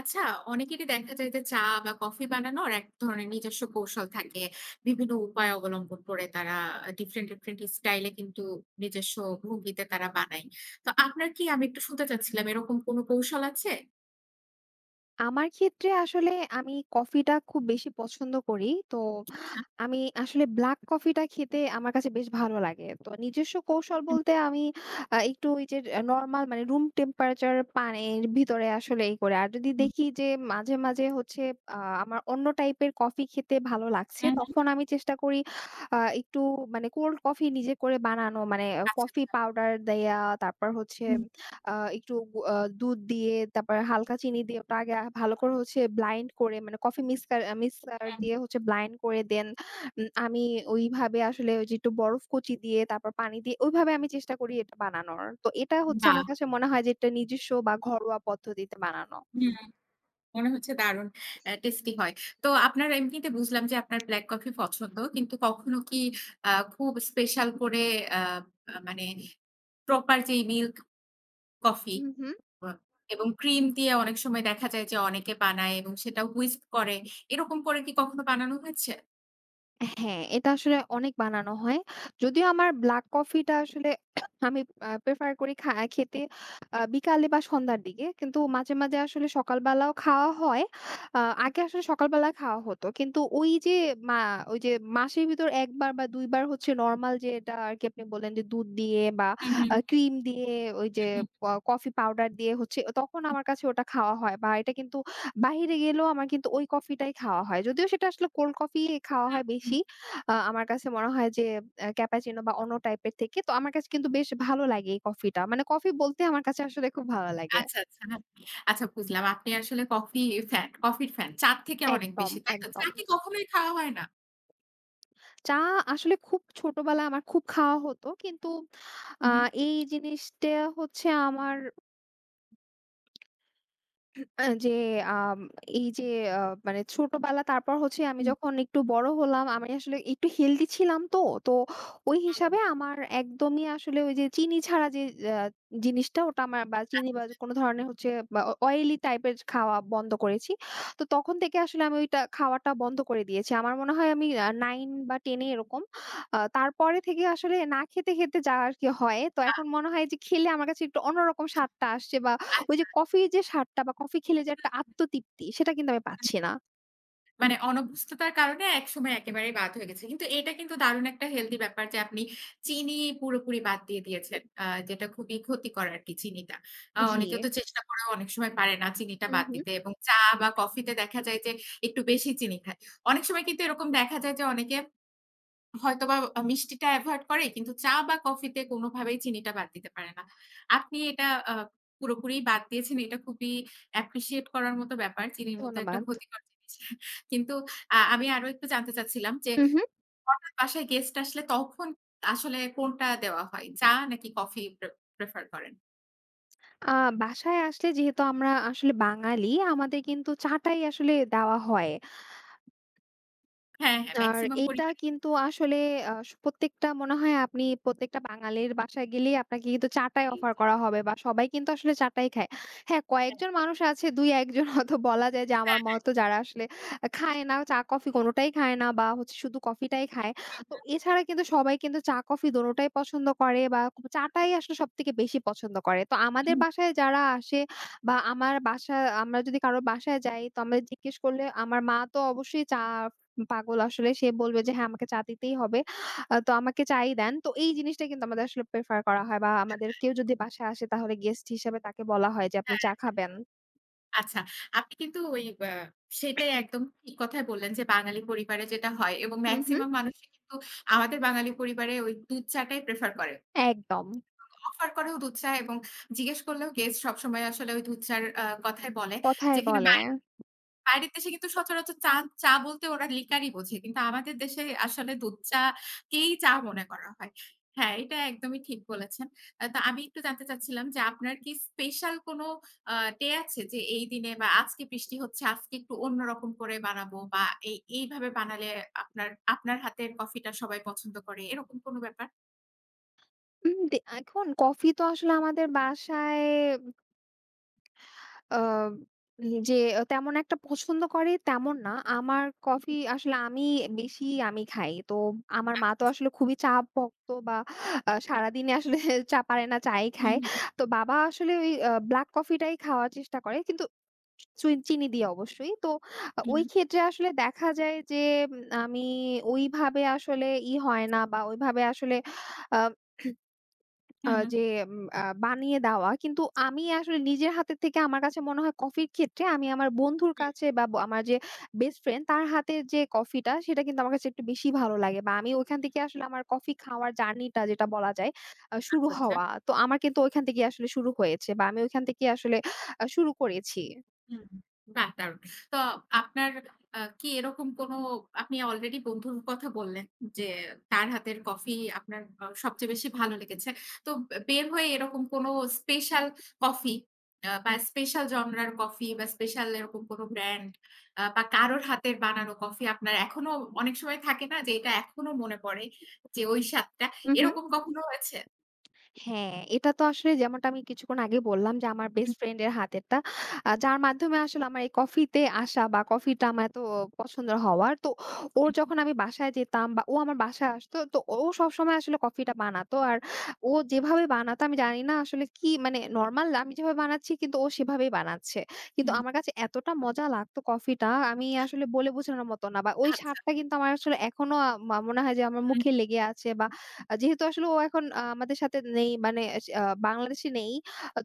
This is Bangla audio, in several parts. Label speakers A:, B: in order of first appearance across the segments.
A: আচ্ছা, অনেকেরই দেখা যায় যে চা বা কফি বানানোর এক ধরনের নিজস্ব কৌশল থাকে। বিভিন্ন উপায় অবলম্বন করে তারা ডিফারেন্ট, ডিফারেন্ট স্টাইলে কিন্তু নিজস্ব ভঙ্গিতে তারা বানায়। তো আপনার কি, আমি একটু শুনতে চাচ্ছিলাম, এরকম কোনো কৌশল আছে?
B: আমার ক্ষেত্রে আসলে আমি কফিটা খুব বেশি পছন্দ করি। তো
A: আচ্ছা।
B: আমি আসলে ব্লাক কফিটা খেতে আমার কাছে বেশ ভালো লাগে। তো নিজস্ব কৌশল
A: হুম,
B: বলতে আমি একটু ওই যে নরমাল মানে রুম টেম্পারেচার পানির ভিতরে আসলে ই করে। আর যদি
A: হুম।
B: দেখি যে মাঝে, মাঝে হচ্ছে আ আমার অন্য টাইপের কফি খেতে ভালো লাগছে,
A: হুম, হুম।
B: তখন আমি চেষ্টা করি একটু মানে কোল্ড কফি নিজে করে বানানো। মানে
A: আচ্ছা,
B: কফি
A: আচ্ছা।
B: পাউডার দেয়া, তারপর হচ্ছে
A: হুম,
B: আ একটু গু আ দুধ দিয়ে তারপরে হালকা চিনি দিয়ে ওটা আগে ভালো করে হচ্ছে ব্লাইন্ড করে মানে কফি মিক্সকার আ মিক্সার
A: হুম, হুম।
B: দিয়ে হচ্ছে ব্লাইন্ড করে দেন। আমি ওইভাবে আসলে ওই যে একটু বরফ কুচি দিয়ে তারপর পানি দিয়ে ওইভাবে আমি চেষ্টা করি এটা বানানোর। তো এটা হচ্ছে
A: বাহ!
B: আমার কাছে মনে হয় যে এটা নিজস্ব বা ঘরোয়া পদ্ধতিতে বানানো।
A: হুম, মনে হচ্ছে দারুণ টেস্টি হয়। তো আপনার এমনিতে বুঝলাম যে আপনার ব্লাক কফি পছন্দ। কিন্তু কখনো কি খুব স্পেশাল করে, আ আ মানে প্রপার যেই মিল্ক কফি
B: হু, হু।
A: আ এবং ক্রিম দিয়ে অনেক সময় দেখা যায় যে অনেকে বানায় এবং সেটা হুইস্ক করে। এরকম করে কি কখনো বানানো হয়েছে?
B: হ্যাঁ, এটা আসলে অনেক বানানো হয়। যদিও আমার ব্ল্যাক কফিটা আসলে আমি প্রেফার করি খেতে বিকালে বা সন্ধ্যার দিকে। কিন্তু মাঝে, মাঝে আসলে সকালবেলাও খাওয়া হয়। আ
A: হুম,
B: আগে আসলে সকালবেলা খাওয়া হতো। কিন্তু ওই যে মা ওই যে মাসের ভিতর ১ বার বা ২ বার হচ্ছে নরমাল, যেটা আরকি আপনি বললেন যে দুধ দিয়ে বা
A: হুম,
B: ক্রিম দিয়ে ওই যে
A: হুম, হুম,
B: কফি পাউডার দিয়ে হচ্ছে, তখন আমার কাছে ওটা খাওয়া হয় বা এটা কিন্তু বাহিরে গেলেও আমার কিন্তু ওই কফিটাই খাওয়া হয়। যদিও সেটা আসলে কোল্ড কফি খাওয়া হয়
A: হুম।
B: বেশি। আমার কাছে মনে হয় যে ক্যাপাচিনো বা অন্য টাইপের থেকে। তো আমার কাছে কিন্তু বেশ ভালো লাগে এই কফিটা। মানে কফি বলতে আমার কাছে আসলে খুব ভালো লাগে।
A: আচ্ছা, আচ্ছা। হ্যাঁ। আচ্ছা, বুঝলাম। আপনি আসলে কফির ফ্যান। চা র থেকে অনেক
B: একদম,
A: বেশি। তাই তো? চা
B: একদম।
A: কি কখনোই খাওয়া হয় না?
B: চা আসলে খুব ছোটবেলায় আমার খুব খাওয়া হতো। কিন্তু আ
A: হুম, হুম,
B: এই জিনিসটা হচ্ছে আমার আ যে আম এই যে আ মানে ছোটবেলা, তারপর হচ্ছে আমি
A: হুম।
B: যখন একটু বড় হলাম, আমি আসলে একটু হেলথি ছিলাম তো। তো ওই
A: ও
B: হিসাবে আমার একদমই আসলে ওই যে চিনি ছাড়া যে আ জিনিসটা, ওটা আমার বা চিনি বা
A: আচ্ছা,
B: কোনো ধরনের হচ্ছে বা অয়েলি টাইপের খাওয়া বন্ধ করেছি। তো তখন থেকে আসলে আমি ওইটা খাওয়াটা বন্ধ করে দিয়েছি। আমার মনে হয় আমি 9 বা 10 এ এরকম। তারপরে থেকে আসলে না খেতে, খেতে যা আরকি হয়। তো এখন মনে হয় যে খেলে আমার কাছে একটু অন্যরকম স্বাদটা আসছে বা ওই যে
A: আচ্ছা।
B: কফির যে স্বাদটা বা কফি খেলে যে একটা
A: আচ্ছা।
B: আত্মতৃপ্তি, সেটা কিন্তু আমি পাচ্ছি না।
A: মানে অনভ্যস্ততার কারণে একসময় একেবারেই বাদ হয়ে গেছে। কিন্তু এটা কিন্তু দারুণ একটা হেলথি ব্যাপার যে আপনি চিনি পুরোপুরি বাদ দিয়ে দিয়েছেন। যেটা খুবই ক্ষতিকর আরকি চিনিটা।
B: জি।
A: অনেকে তো চেষ্টা করেও অনেক সময় পারে না চিনিটা
B: হুম,
A: বাদ
B: হুম।
A: দিতে, এবং চা বা কফিতে দেখা যায় যে একটু বেশি চিনি খায়। অনেক সময় কিন্তু এরকম দেখা যায় যে অনেকে হয়তোবা মিষ্টিটা এভয়েড করে কিন্তু চা বা কফিতে কোনভাবেই চিনিটা বাদ দিতে পারে না। আপনি এটা আ পুরোপুরি বাদ দিয়েছেন। এটা খুবই অ্যাপ্রিশিয়েট করার মতো ব্যাপার। চিনির মতো একটা
B: ধন্যবাদ।
A: ক্ষতিকর জিনিস। কিন্তু আমি আরো একটু জানতে চাচ্ছিলাম যে,
B: হুম, হুম।
A: হঠাৎ বাসায় গেস্ট আসলে তখন আসলে কোনটা দেওয়া হয়? চা নাকি কফি প্রেফার করেন?
B: আ বাসায় আসলে যেহেতু আমরা আসলে বাঙালি, আমাদের কিন্তু চা টাই আসলে দেওয়া হয়।
A: হ্যাঁ, হ্যাঁ,
B: আর
A: মেক্সিমাম
B: এইটা
A: পরিবারেই।
B: কিন্তু আসলে আ স প্রত্যেকটা মনে হয়, আপনি প্রত্যেকটা বাঙালির বাসায় গেলেই আপনাকে কিন্তু চাটাই অফার করা হবে বা সবাই কিন্তু আসলে চাটাই খায়। হ্যাঁ,
A: হ্যাঁ,
B: কয়েকজন মানুষ আছে, ২-১ জন হয়তো বলা যায় যে আমার
A: হ্যাঁ।
B: মতো যারা আসলে খায় না, চা-কফি কোনটাই খায় না বা হচ্ছে শুধু কফিটাই খায়। তো
A: হুম,
B: এছাড়া কিন্তু সবাই কিন্তু চা-কফি দোনোটাই পছন্দ করে বা চাটাই আসলে সবথেকে বেশি পছন্দ করে। তো আমাদের
A: হুম।
B: বাসায় যারা আসে বা আমার বাসা, আমরা যদি কারো বাসায় যাই তো আমরা জিজ্ঞেস করলে আমার মা তো অবশ্যই চা পাগল, আসলে সে বলবে যে হ্যাঁ, আমাকে চা দিতেই হবে। তো আমাকে চাই দেন। তো এই জিনিসটা কিন্তু আমাদের আসলে প্রেফার করা হয় বা আমাদের কেউ যদি বাসায় আসে তাহলে গেস্ট হিসেবে তাকে বলা হয় যে আপনি চা খাবেন।
A: আচ্ছা, আপনি কিন্তু ওই সেটাই একদম ঠিক কথাই বললেন যে বাঙালি পরিবারে যেটা হয়, এবং
B: হুম, হুম।
A: মেক্সিমাম মানুষই কিন্তু আমাদের বাঙালি পরিবারে ওই দুধ চাটাই প্রেফার করে।
B: একদম।
A: অফার করেও দুধ চা, এবং জিজ্ঞেস করলেও গেস্ট সবসময় আসলে ওই দুধ চা'র কথাই বলে।
B: কথায়
A: যেখানে
B: বলে।
A: বা বাইরের দেশে কিন্তু সচরাচর চা বলতে ওরা লিকারই বোঝে। কিন্তু আমাদের দেশে আসলে দুধ চা কেই চা মনে করা হয়। হ্যাঁ, এটা একদমই ঠিক বলেছেন। তো আমি একটু জানতে চাচ্ছিলাম যে আপনার কি স্পেশাল কোনো আ ডে আছে যে এই দিনে, বা আজকে বৃষ্টি হচ্ছে, আজকে একটু অন্যরকম করে বানাবো, বা এইভাবে বানালে আপনার আপনার হাতের কফিটা সবাই পছন্দ করে, এরকম কোনো ব্যাপার?
B: উম দে এখন কফি তো আসলে আমাদের বাসায় আ যে তেমন একটা পছন্দ করে, তেমন না। আমার কফি আসলে আমি বেশি আমি খাই। তো আমার মা তো আসলে খুবই চা ভক্ত বা সারাদিনে আসলে চা পারে না, চাই
A: হু,
B: খায়।
A: হু,
B: তো বাবা আসলে ওই ব্লাক কফিটাই খাওয়ার চেষ্টা করে। কিন্তু চিনি দিয়ে অবশ্যই। তো
A: হু,
B: ওই
A: হু,
B: ক্ষেত্রে আসলে দেখা যায় যে আমি ওইভাবে আসলে ই হয় না বা ওইভাবে আসলে আ
A: হু,
B: আ
A: হু,
B: যে উম আ বানিয়ে দেওয়া। কিন্তু আমি আসলে নিজের হাতের থেকে আমার কাছে মনে হয় কফির ক্ষেত্রে আমি আমার বন্ধুর
A: হুম,
B: কাছে বা আমার যে বেস্ট ফ্রেন্ড, তার হাতের যে কফিটা সেটা কিন্তু আমার কাছে একটু বেশি ভালো লাগে। বা আমি ওইখান থেকে আসলে আমার কফি খাওয়ার জার্নিটা যেটা বলা যায় শুরু
A: আচ্ছা, আচ্ছা।
B: হওয়া। তো আমার কিন্তু ওইখান থেকেই আসলে শুরু হয়েছে বা আমি ওইখান থেকেই আসলে শুরু করেছি।
A: হুম, বাহ! দারুণ। তো আপনার কি এরকম কোনো, আপনি অলরেডি বন্ধুর কথা বললেন যে তার হাতের কফি আপনার সবচেয়ে বেশি ভালো লেগেছে। তো বের হয়ে এরকম কোনো স্পেশাল কফি বা স্পেশাল জনরার কফি, বা স্পেশাল এরকম কোনো ব্র্যান্ড বা কারোর হাতের বানানো কফি আপনার এখনো অনেক সময় থাকে না যে এটা এখনো মনে পড়ে, যে ওই স্বাদটা।
B: উহু।
A: এরকম কখনো হয়েছে?
B: হ্যাঁ, এটা তো আসলে যেমনটা আমি কিছুক্ষণ আগে বললাম যে আমার বেস্ট
A: হুম,
B: ফ্রেন্ড এর হাতেরটা। যার মাধ্যমে আসলে আমার এই কফিতে আসা বা কফিটা আমার এত পছন্দ হওয়ার। তো ওর
A: হুম,
B: যখন আমি বাসায় যেতাম বা ও আমার বাসায় আসতো, তো ও সবসময় আসলে কফিটা বানাতো। আর ও যেভাবে বানাতো আমি জানি না আসলে কি, মানে নরমাল আমি যেভাবে বানাচ্ছি কিন্তু ও সেভাবেই বানাচ্ছে। কিন্তু
A: হুম,
B: আমার কাছে এতটা মজা লাগতো কফিটা, আমি আসলে বলে বোঝানোর মতো না। বা ওই
A: আচ্ছা,
B: স্বাদটা কিন্তু আমার আসলে এখনো আ মা মনে হয় যে আমার
A: হুম।
B: মুখে লেগে আছে বা যেহেতু আসলে ও এখন আমাদের সাথে নেই, মানে এস আ বাংলাদেশে নেই।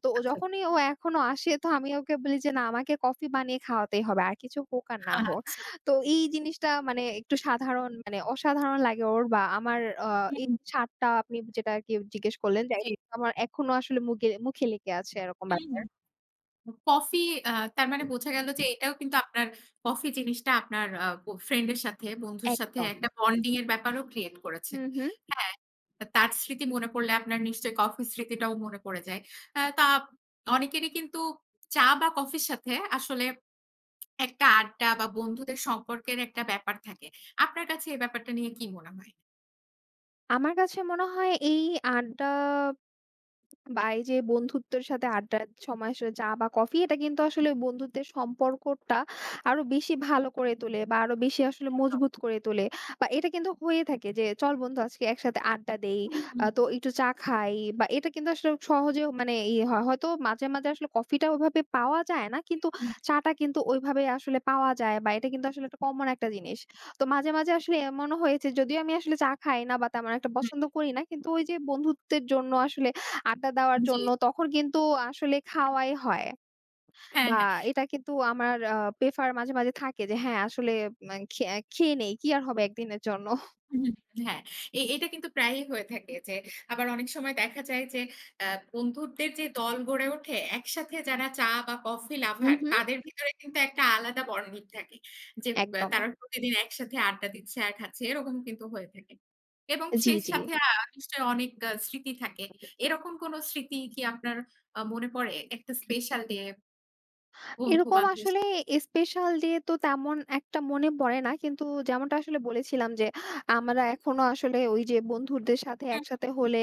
B: তো ও
A: আচ্ছা, আচ্ছা।
B: যখনই ও এখনো আসে তো আমি ওকে বলি যে, "না, আমাকে কফি বানিয়ে খাওয়াতেই হবে। আর কিছু হোক আর না হোক।"
A: আচ্ছা।
B: তো এই জিনিসটা মানে একটু সাধারণ, মানে অসাধারণ লাগে ওর বা আমার আ এই
A: হুম,
B: স্বাদটা, আপনি যেটা আরকি জিজ্ঞেস করলেন যে,
A: জি।
B: আমার এখনো আসলে মুখে লেগে আছে এরকম
A: হুম,
B: ব্যাপার।
A: হুম। কফি, আ তার মানে বোঝা গেল যে এটাও কিন্তু আপনার কফি জিনিসটা আপনার আ ব ফ্রেন্ড এর সাথে, বন্ধুর সাথে
B: একদম।
A: একটা বন্ডিং এর ব্যাপারও ক্রিয়েট করেছে।
B: হুম, হুম।
A: হ্যাঁ, তার স্মৃতি মনে পড়লে আপনার নিশ্চয়ই কফির স্মৃতিটাও মনে পড়ে যায়। তা অনেকেরই কিন্তু চা বা কফির সাথে আসলে একটা আড্ডা বা বন্ধুদের সম্পর্কের একটা ব্যাপার থাকে। আপনার কাছে এই ব্যাপারটা নিয়ে কি মনে হয়?
B: আমার কাছে মনে হয় এই আড্ডা বা এই যে বন্ধুত্বের সাথে আড্ডার সময় আসলে চা বা কফি, এটা কিন্তু আসলে
A: হুম,
B: বন্ধুত্বের সম্পর্কটা আরো বেশি ভালো করে তোলে বা আরো বেশি আসলে
A: একদম।
B: মজবুত করে তোলে। বা এটা কিন্তু হয়ে থাকে যে চল বন্ধু, আজকে একসাথে আড্ডা দেই,
A: হুম, হুম,
B: তো একটু চা খাই। বা এটা কিন্তু আসলে সহজে মানে ইয়ে হয়, হয়তো মাঝে মাঝে আসলে কফিটা ওইভাবে পাওয়া যায় না, কিন্তু চাটা কিন্তু ওইভাবে আসলে পাওয়া যায়, বা এটা কিন্তু আসলে একটা কমন একটা জিনিস। তো মাঝে মাঝে আসলে এমনও হয়েছে, যদিও আমি আসলে চা খাই না বা তেমন একটা
A: হুম,
B: পছন্দ করি না, কিন্তু ওই যে বন্ধুত্বের জন্য আসলে আড্ডা দেওয়ার
A: হুম, জি।
B: জন্য তখন কিন্তু আসলে খাওয়াই হয়।
A: হ্যাঁ,
B: বা
A: হ্যাঁ।
B: এটা কিন্তু আমার প্রেফার মাঝে, মাঝে থাকে যে হ্যাঁ, আসলে ম্যা খে খেয়ে নেই। কি আর হবে একদিনের জন্য।
A: হুম, হুম, হ্যাঁ। এটা কিন্তু প্রায়ই হয়ে থাকে যে, আবার অনেক সময় দেখা যায় যে আ বন্ধুদের যে দল গড়ে ওঠে একসাথে, যারা চা বা কফি লাভার,
B: উহু।
A: তাদের ভিতরে কিন্তু একটা আলাদা বন্ডিং থাকে। যে
B: একদম।
A: তারা প্রতিদিন একসাথে আড্ডা দিচ্ছে আর খাচ্ছে, এরকম কিন্তু হয়ে থাকে। এবং
B: জি,
A: সেই
B: জি।
A: সাথে নিশ্চয়ই অনেক স্মৃতি থাকে। এরকম কোন স্মৃতি কি আপনার মনে পড়ে, একটা স্পেশাল ডে,
B: এরকম
A: বন্ধু-বান্ধবী?
B: আসলে স্পেশাল ডে তো তেমন একটা মনে পড়ে না। কিন্তু যেমনটা আসলে বলেছিলাম যে, আমরা এখনো আসলে ওই যে বন্ধুদের সাথে
A: হুম,
B: একসাথে হলে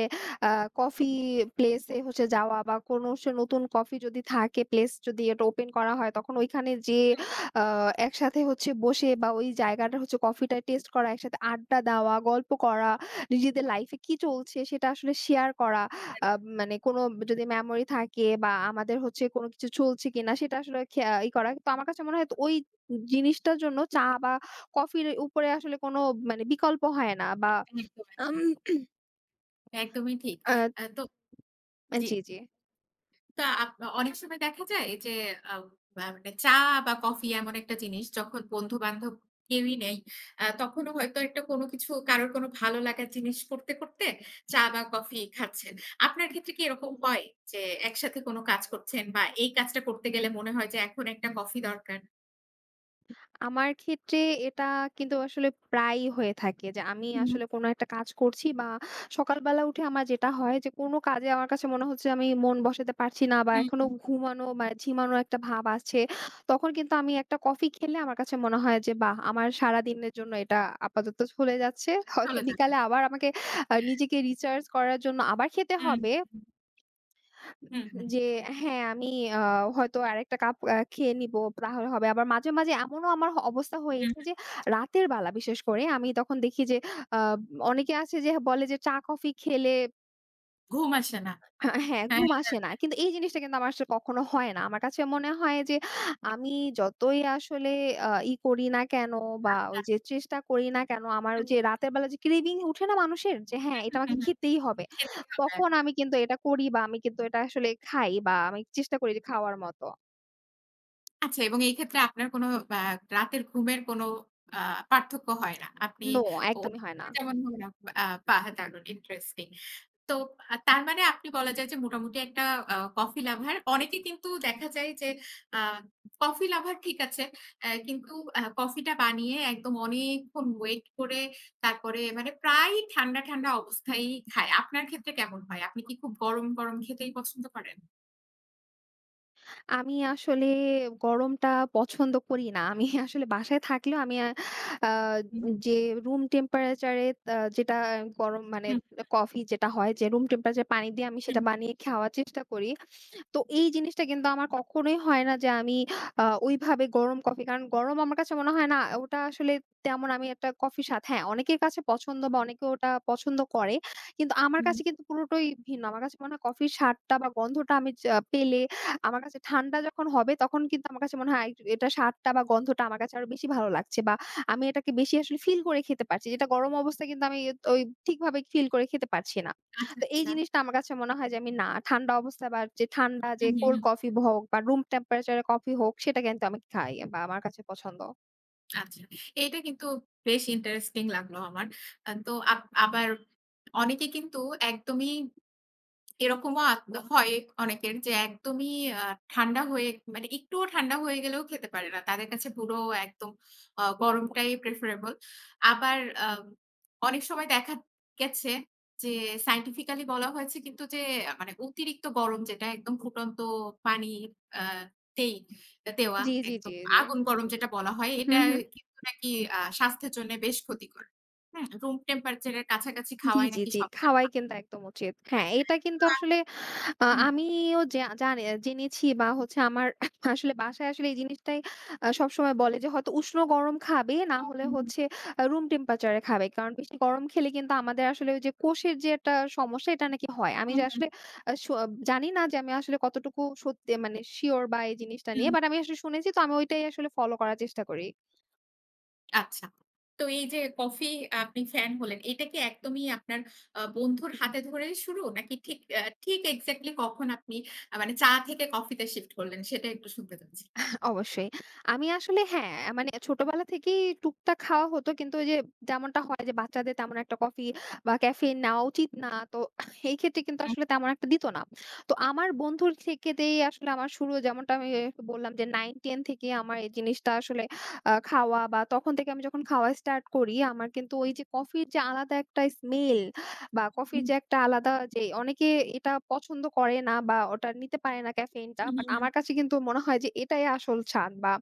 B: আ কফি প্লেস এ হচ্ছে যাওয়া বা কোনো নতুন কফি যদি থাকে, প্লেস যদি এটা ওপেন করা হয় তখন ওইখানে যেয়ে আ একসাথে হচ্ছে বসে বা ওই জায়গাটা হচ্ছে কফিটা টেস্ট করা, একসাথে আড্ডা দেওয়া, গল্প করা, নিজেদের লাইফ এ কি চলছে সেটা আসলে শেয়ার করা। আ মানে কোনো যদি মেমোরি থাকে বা আমাদের হচ্ছে কোনো কিছু চলছে কিনা সেটা আসলে খেয়া ই করা। তো আমার কাছে মনে হয় তো ওই জিনিসটার জন্য চা বা কফির উপরে আসলে কোনো মানে বিকল্প হয় না বা
A: হুম। একদম,
B: আম
A: একদম। একদমই ঠিক।
B: আ
A: তো জি।
B: জি, জি।
A: তা অনেক সময় দেখা যায় যে আ বা মানে চা বা কফি এমন একটা জিনিস, যখন বন্ধু-বান্ধব কেউই নেই, তখনও হয়তো একটা কোনো কিছু, কারোর কোনো ভালো লাগার জিনিস করতে, করতে চা বা কফি খাচ্ছেন। আপনার ক্ষেত্রে কি এরকম হয় যে একসাথে কোনো কাজ করছেন, বা এই কাজটা করতে গেলে মনে হয় যে এখন একটা কফি দরকার?
B: আমার ক্ষেত্রে এটা কিন্তু আসলে প্রায়ই হয়ে থাকে যে আমি
A: হুম,
B: আসলে কোনো একটা কাজ করছি বা সকালবেলা উঠে আমার যেটা হয় যে কোনো কাজে আমার কাছে মনে হচ্ছে আমি মন বসাতে পারছি না বা
A: হুম,
B: এখনো
A: হুম।
B: ঘুমানো বা ঝিমানো একটা ভাব আছে, তখন কিন্তু আমি একটা কফি খেলে আমার কাছে মনে হয় যে বাহ আমার সারা দিনের জন্য এটা আপাতত চলে যাচ্ছে, হয়তো
A: চলে যাবেন।
B: বিকালে আবার আমাকে নিজেকে রিচার্জ করার জন্য আবার খেতে
A: হুম, হুম,
B: হবে,
A: হুম। হুম, হুম।
B: যে হ্যাঁ, আমি আ হয়তো আরেকটা কাপ খেয়ে নিবো, তাহলে হবে। আবার মাঝে, মাঝে এমনও আমার অবস্থা
A: হুম,
B: হয়েছে যে রাতের বেলা বিশেষ করে আমি তখন দেখি যে আ অনেকে আছে যে বলে যে চা-কফি খেলে
A: ঘুম আসে না।
B: হ্যাঁ, হ্যাঁ, ঘুম
A: হ্যাঁ।
B: আসে না। কিন্তু এই জিনিসটা কিন্তু আমার আসলে কখনো হয় না। আমার কাছে মনে হয় যে আমি যতই আসলে ই করি না কেন বা ওই যে চেষ্টা করি না কেন, আমার ওই
A: হুম,
B: যে রাতের বেলা যে ক্রেভিং উঠে না মানুষের, যে হ্যাঁ,
A: হুম,
B: এটা আমাকে
A: হুম, হুম।
B: খেতেই হবে।
A: খেতেই হবে।
B: তখন আমি কিন্তু এটা করি বা আমি কিন্তু এটা আসলে খাই বা আমি চেষ্টা করি যে খাওয়ার মতো।
A: আচ্ছা, এবং এই ক্ষেত্রে আপনার কোনো আ রাতের ঘুমের কোনো আ পার্থক্য হয় না। আপনি
B: নো,
A: ও,
B: একদমই হয় না।
A: যেমন ধরুন, আ আ বাহ! দারুণ ইন্টারেস্টিং। তো তার মানে আপনি বলা যায় যে মোটামুটি একটা কফি লাভার। অনেকে কিন্তু দেখা যায় যে আ কফি লাভার ঠিক আছে। কিন্তু কফিটা বানিয়ে একদম অনেকক্ষণ ওয়েট করে তারপরে মানে প্রায় ঠান্ডা, ঠান্ডা অবস্থায়ই খায়। আপনার ক্ষেত্রে কেমন হয়? আপনি কি খুব গরম, গরম খেতেই পছন্দ করেন?
B: আমি আসলে গরমটা পছন্দ করি না। আমি আসলে বাসায় থাকলেও আমি আ আ
A: হুম,
B: যে রুম টেম্পারেচার এ আ যেটা গরম মানে
A: হুম,
B: কফি যেটা হয় যে রুম টেম্পারেচার পানি দিয়ে আমি সেটা
A: হুম,
B: বানিয়ে খাওয়ার চেষ্টা করি। তো এই জিনিসটা কিন্তু আমার কখনোই হয় না যে আমি ওইভাবে গরম কফি, কারণ গরম আমার কাছে মনে হয় না ওটা আসলে তেমন, আমি একটা কফির স্বাদ, হ্যাঁ, অনেকের কাছে পছন্দ বা অনেকে ওটা পছন্দ করে। কিন্তু আমার
A: হুম।
B: কাছে কিন্তু পুরোটাই ভিন্ন। আমার কাছে মনে হয় কফির স্বাদটা বা গন্ধটা আমি যা পেলে আমার কাছে ঠান্ডা যখন হবে, তখন কিন্তু আমার কাছে মনে হয় এটা স্বাদটা বা গন্ধটা আমার কাছে আরো বেশি ভালো লাগছে বা আমি এটাকে বেশি আসলে ফিল করে খেতে পারছি। যেটা গরম অবস্থায় কিন্তু আমি ওই ঠিকভাবে ফিল করে খেতে পারছি না।
A: আচ্ছা,
B: তো এই
A: আচ্ছা।
B: জিনিসটা আমার কাছে মনে হয় যে আমি না, ঠান্ডা অবস্থায় বা যে ঠান্ডা,
A: হু,
B: যে
A: হু, হু।
B: কোল্ড কফি হোক বা রুম টেম্পারেচার এর কফি হোক, সেটা কিন্তু আমি খাই বা আমার কাছে পছন্দ।
A: আচ্ছা। এটা কিন্তু বেশ ইন্টারেস্টিং লাগলো আমার। তো আবার অনেকে কিন্তু একদমই, এরকমও হয় অনেকের, যে একদমই আ ঠান্ডা হয়ে, মানে একটুও ঠান্ডা হয়ে গেলেও খেতে পারে না। তাদের কাছে পুরো একদম গরমটাই প্রেফারেবল। আবার আ অনেক সময় দেখা গেছে যে সায়েন্টিফিক্যালি বলা হয়েছে কিন্তু যে, মানে অতিরিক্ত গরম, যেটা একদম ফুটন্ত পানি আ তেই দেওয়া,
B: জি, জি, জি,
A: একদম
B: জি।
A: আগুন গরম যেটা বলা হয়,
B: হুম,
A: এটা
B: হুম।
A: কিন্তু নাকি স্বাস্থ্যের জন্য বেশ ক্ষতিকর। হুম? রুম টেম্পারেচার এর কাছাকাছি
B: জি,
A: খাওয়াই
B: জি,
A: নাকি
B: জি।
A: সবচেয়ে
B: খাওয়াই
A: ভালো।
B: কিন্তু একদম উচিত। হ্যাঁ, এটা
A: হ্যাঁ, তো
B: কিন্তু আসলে
A: হুম।
B: আমিও জানি, জেনেছি বা হচ্ছে আমার আসলে বাসায় আসলে এই জিনিসটাই সবসময় বলে যে হয়তো উষ্ণ গরম খাবে না হলে
A: হুম,
B: হচ্ছে রুম টেম্পারেচার এ খাবে। কারণ বেশি গরম খেলে কিন্তু আমাদের আসলে ওই যে কোষের যে একটা সমস্যা এটা নাকি হয়। আমি যে
A: হুম, হুম,
B: আসলে আ স জানি না যে আমি আসলে কতটুকু সত্যি, মানে সিউর বা এই জিনিসটা
A: হুম,
B: নিয়ে। বাট
A: হুম।
B: আমি আসলে শুনেছি, তো আমি ওইটাই আসলে ফলো করার চেষ্টা করি।
A: আচ্ছা। তো এই যে কফি আপনি ফ্যান হলেন, এটা কি একদমই আপনার বন্ধুর হাতে ধরেই শুরু? নাকি ঠিক এক্সাক্টলি কখন আপনি মানে চা থেকে কফিতে শিফট করলেন, সেটা একটু শুনতে চাচ্ছি।
B: অবশ্যই। আমি আসলে হ্যাঁ, মানে ছোটবেলা থেকেই টুকটাক খাওয়া হতো। কিন্তু ওই যে যেমনটা হয় যে বাচ্চাদের তেমন একটা কফি বা ক্যাফেইন নেওয়া উচিত না। তো এই ক্ষেত্রে কিন্তু
A: হুম,
B: আসলে তেমন একটা দিত না। তো আমার বন্ধুর থেকেতেই আসলে আমার শুরু, যেমনটা আমি একটু বললাম যে 9-10 থেকে আমার এই জিনিসটা আসলে খাওয়া, বা তখন থেকে আমি যখন খাওয়া স্টার্ট করি, আমার কিন্তু ওই যে কফির যে আলাদা একটা স্মেল বা কফির
A: হুম,
B: যে একটা আলাদা, যে অনেকে এটা পছন্দ করে না বা ওটা নিতে পারে না ক্যাফেইনটা।
A: হুম,
B: বাট
A: হুম, হুম।
B: আমার কাছে কিন্তু মনে হয় যে এটাই আসল স্বাদ বা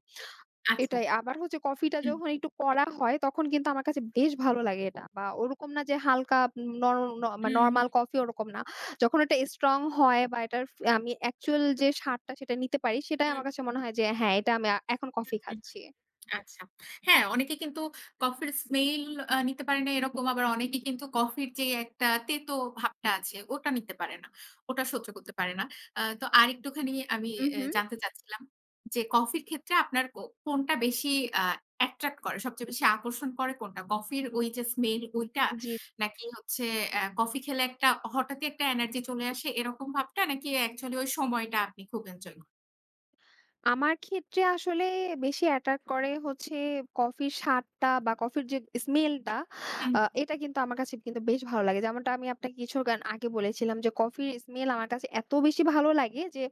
A: আচ্ছা।
B: এটাই। আবার হচ্ছে কফিটা
A: হুম,
B: যখন একটু কড়া হয় তখন কিন্তু আমার কাছে বেশ ভালো লাগে এটা। বা ওরকম না যে হালকা নর ন মানে
A: হুম,
B: নরমাল
A: হুম,
B: কফি ওরকম না। যখন এটা স্ট্রং হয় বা এটার আমি অ্যাকচুয়াল যে স্বাদটা সেটা নিতে পারি সেটাই
A: হুম,
B: আমার কাছে মনে হয় যে হ্যাঁ, এটা আমি এখন কফি
A: হুম।
B: খাচ্ছি।
A: আচ্ছা। হ্যাঁ, অনেকে কিন্তু কফির স্মেল নিতে পারে না, এরকম। আবার অনেকে কিন্তু কফির যে একটা তেতো ভাবটা আছে ওটা নিতে পারে না। ওটা সহ্য করতে পারে না। তো আরেকটুখানি আমি
B: উহু,
A: জানতে চাচ্ছিলাম যে কফির ক্ষেত্রে আপনার কোনটা বেশি আ অ্যাট্রাক্ট করে? সবচেয়ে বেশি আকর্ষণ করে কোনটা? কফির ওই যে স্মেল, ওইটা?
B: জি।
A: নাকি হচ্ছে কফি খেলে একটা, হঠাৎই একটা এনার্জি চলে আসে এরকম ভাবটা? নাকি অ্যাকচুয়ালি ওই সময়টা আপনি খুব এনজয় করেন?
B: আমার ক্ষেত্রে আসলে বেশি অ্যাট্রাক্ট করে হচ্ছে কফির স্বাদটা বা কফির যে স্মেলটা,
A: হুম,
B: এটা কিন্তু আমার কাছে কিন্তু বেশ ভালো লাগে। যেমনটা আমি আপনাকে কিছুক্ষণ আগে বলেছিলাম যে কফির স্মেল আমার কাছে এত বেশি ভালো লাগে যে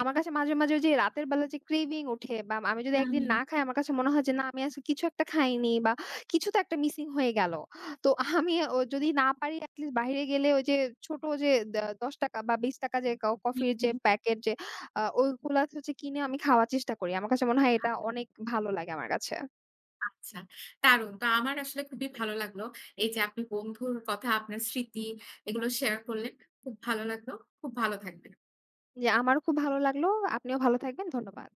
B: আমার কাছে মাঝে, মাঝে ওই যে রাতের বেলা যে ক্রেভিং ওঠে বা আমি যদি
A: হুম,
B: একদিন না খাই আমার কাছে মনে হয় যে না, আমি আজকে কিছু একটা খাইনি বা কিছু তো একটা মিসিং হয়ে গেল। তো আমি ও যদি না পারি এটলিস্ট বাইরে গেলে ওই যে ছোট যে ৳১০ বা ৳২০ যে
A: হুম,
B: কফির
A: হুম,
B: যে
A: হুম।
B: প্যাকেট যে ওইগুলা হচ্ছে কিনে আমি খাওয়ার চেষ্টা করি। আমার কাছে মনে হয় এটা অনেক ভালো লাগে আমার কাছে।
A: আচ্ছা, দারুণ। তো আমার আসলে খুবই ভালো লাগলো। এই যে আপনি বন্ধুর কথা, আপনার স্মৃতি, এগুলো শেয়ার করলেন। খুব ভালো লাগলো। খুব ভালো থাকবেন।
B: যে আমারও খুব ভালো লাগলো। আপনিও ভালো থাকবেন। ধন্যবাদ।